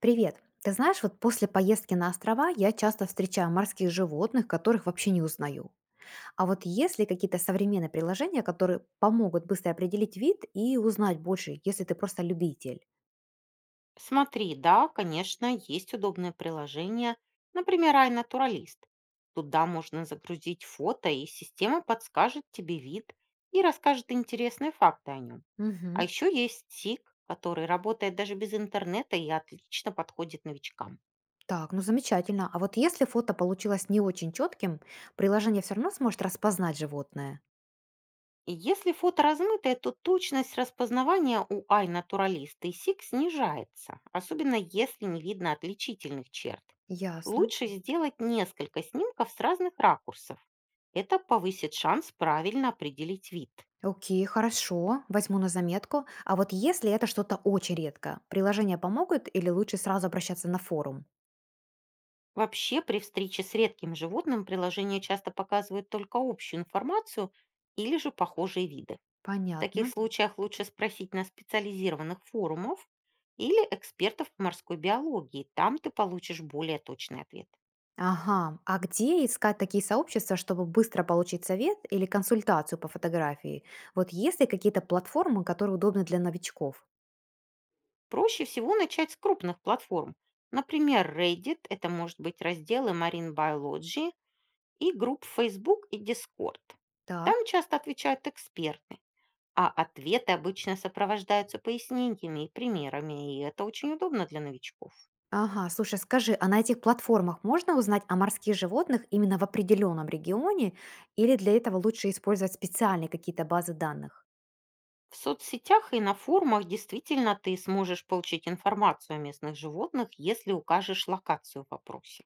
Привет. Ты знаешь, вот после поездки на острова я часто встречаю морских животных, которых вообще не узнаю. А вот есть ли какие-то современные приложения, которые помогут быстро определить вид и узнать больше, если ты просто любитель? Смотри, да, конечно, есть удобное приложение, например, iNaturalist. Туда можно загрузить фото, и система подскажет тебе вид и расскажет интересные факты о нем. А Мгм. еще есть СИК, который работает даже без интернета и отлично подходит новичкам. Так, ну замечательно. А вот если фото получилось не очень четким, приложение все равно сможет распознать животное? Если фото размытое, то точность распознавания у iNaturalist и сик снижается, особенно если не видно отличительных черт. Ясно. Лучше сделать несколько снимков с разных ракурсов. Это повысит шанс правильно определить вид. Окей, хорошо, возьму на заметку. А вот если это что-то очень редко, приложения помогут или лучше сразу обращаться на форум? Вообще, при встрече с редким животным приложение часто показывает только общую информацию или же похожие виды. В таких Понятно. случаях лучше спросить на специализированных форумах или экспертов по морской биологии. Там ты получишь более точный ответ. Ага, а где искать такие сообщества, чтобы быстро получить совет или консультацию по фотографии? Вот есть ли какие-то платформы, которые удобны для новичков? Проще всего начать с крупных платформ. Например, Reddit — это может быть разделы Marine Biology и групп Facebook и Discord. Так. Там часто отвечают эксперты, а ответы обычно сопровождаются пояснениями и примерами, и это очень удобно для новичков. Ага, слушай, скажи, а на этих платформах можно узнать о морских животных именно в определенном регионе или для этого лучше использовать специальные какие-то базы данных? В соцсетях и на форумах действительно ты сможешь получить информацию о местных животных, если укажешь локацию в вопросе.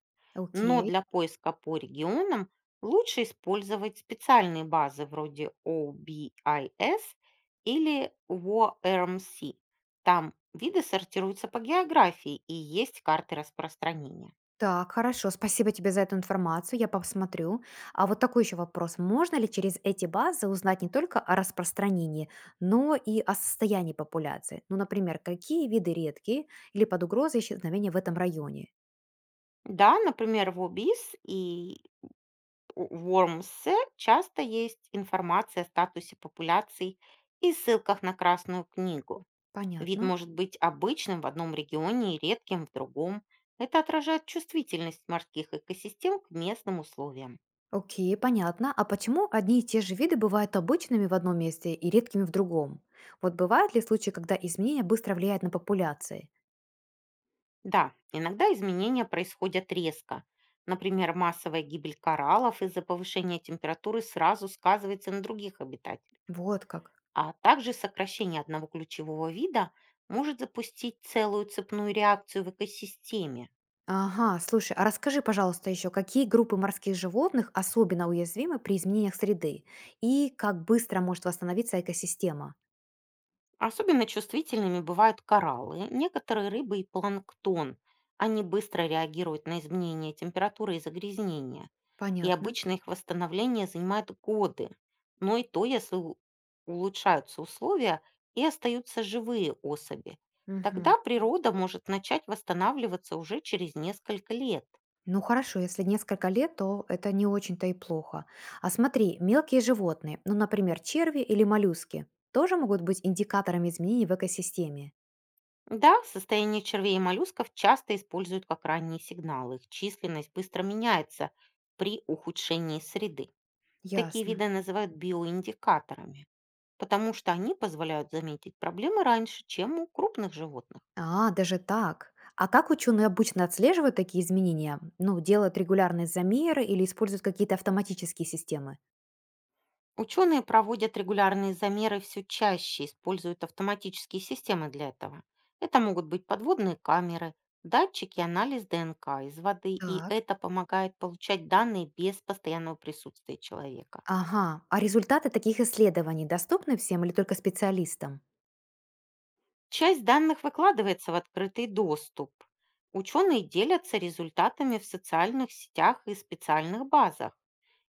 Но Окей. для поиска по регионам лучше использовать специальные базы вроде OBIS или WORMC. Там виды сортируются по географии и есть карты распространения. Так, хорошо, спасибо тебе за эту информацию, я посмотрю. А вот такой еще вопрос. Можно ли через эти базы узнать не только о распространении, но и о состоянии популяции? Ну, например, какие виды редкие или под угрозой исчезновения в этом районе? Да, например, в OBIS и у Worms часто есть информация о статусе популяций и ссылках на Красную книгу. Вид Понятно. может быть обычным в одном регионе и редким в другом. Это отражает чувствительность морских экосистем к местным условиям. Окей, понятно. А почему одни и те же виды бывают обычными в одном месте и редкими в другом? Вот бывают ли случаи, когда изменения быстро влияют на популяции? Да, иногда изменения происходят резко. Например, массовая гибель кораллов из-за повышения температуры сразу сказывается на других обитателях. Вот как. А также сокращение одного ключевого вида может запустить целую цепную реакцию в экосистеме. Ага, слушай, а расскажи, пожалуйста, еще, какие группы морских животных особенно уязвимы при изменениях среды и как быстро может восстановиться экосистема? Особенно чувствительными бывают кораллы, некоторые рыбы и планктон. Они быстро реагируют на изменения температуры и загрязнения, и Понятно. обычно их восстановление занимает годы. Но и то, если улучшаются условия и остаются живые особи. Мгм. Тогда природа может начать восстанавливаться уже через несколько лет. Ну хорошо, если несколько лет, то это не очень-то и плохо. А смотри, мелкие животные, ну, например, черви или моллюски, тоже могут быть индикаторами изменений в экосистеме. Да, состояние червей и моллюсков часто используют как ранние сигналы. Их численность быстро меняется при ухудшении среды. Такие Ясно. виды называют биоиндикаторами, потому что они позволяют заметить проблемы раньше, чем у крупных животных. А, даже так. А как ученые обычно отслеживают такие изменения? Ну, делают регулярные замеры или используют какие-то автоматические системы? Ученые проводят регулярные замеры все чаще, используют автоматические системы для этого. Это могут быть подводные камеры, датчики, анализ ДНК из воды, и Так. это помогает получать данные без постоянного присутствия человека. Ага. А результаты таких исследований доступны всем или только специалистам? Часть данных выкладывается в открытый доступ. Ученые делятся результатами в социальных сетях и специальных базах.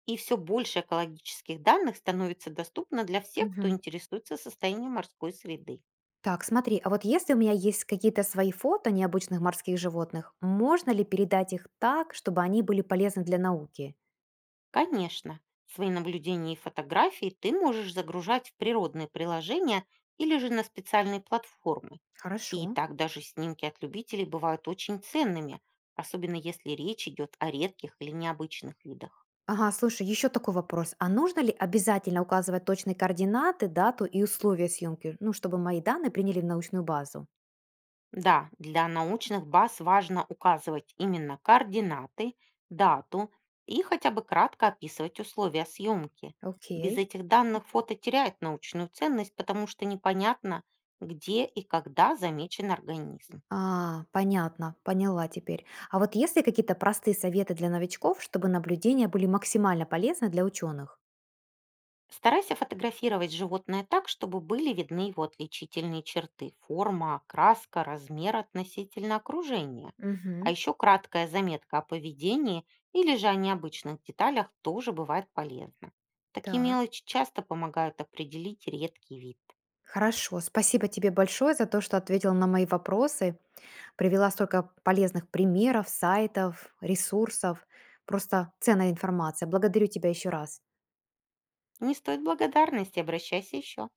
И все больше экологических данных становится доступно для всех, кто Мгм. интересуется состоянием морской среды. Так, смотри, а вот если у меня есть какие-то свои фото необычных морских животных, можно ли передать их так, чтобы они были полезны для науки? Конечно, свои наблюдения и фотографии ты можешь загружать в природные приложения или же на специальные платформы. Хорошо. И так даже снимки от любителей бывают очень ценными, особенно если речь идет о редких или необычных видах. Ага, слушай, еще такой вопрос. А нужно ли обязательно указывать точные координаты, дату и условия съемки, ну, чтобы мои данные приняли в научную базу? Да, для научных баз важно указывать именно координаты, дату и хотя бы кратко описывать условия съемки. Окей. Без этих данных фото теряет научную ценность, потому что непонятно, где и когда замечен организм. А, понятно, поняла теперь. А вот есть ли какие-то простые советы для новичков, чтобы наблюдения были максимально полезны для ученых? Старайся фотографировать животное так, чтобы были видны его отличительные черты, форма, краска, размер относительно окружения. А Мгм. еще краткая заметка о поведении или же о необычных деталях тоже бывает полезна. Такие Так. мелочи часто помогают определить редкий вид. Хорошо, спасибо тебе большое за то, что ответил на мои вопросы, привела столько полезных примеров, сайтов, ресурсов. Просто ценная информация. Благодарю тебя еще раз. Не стоит благодарности, обращайся еще.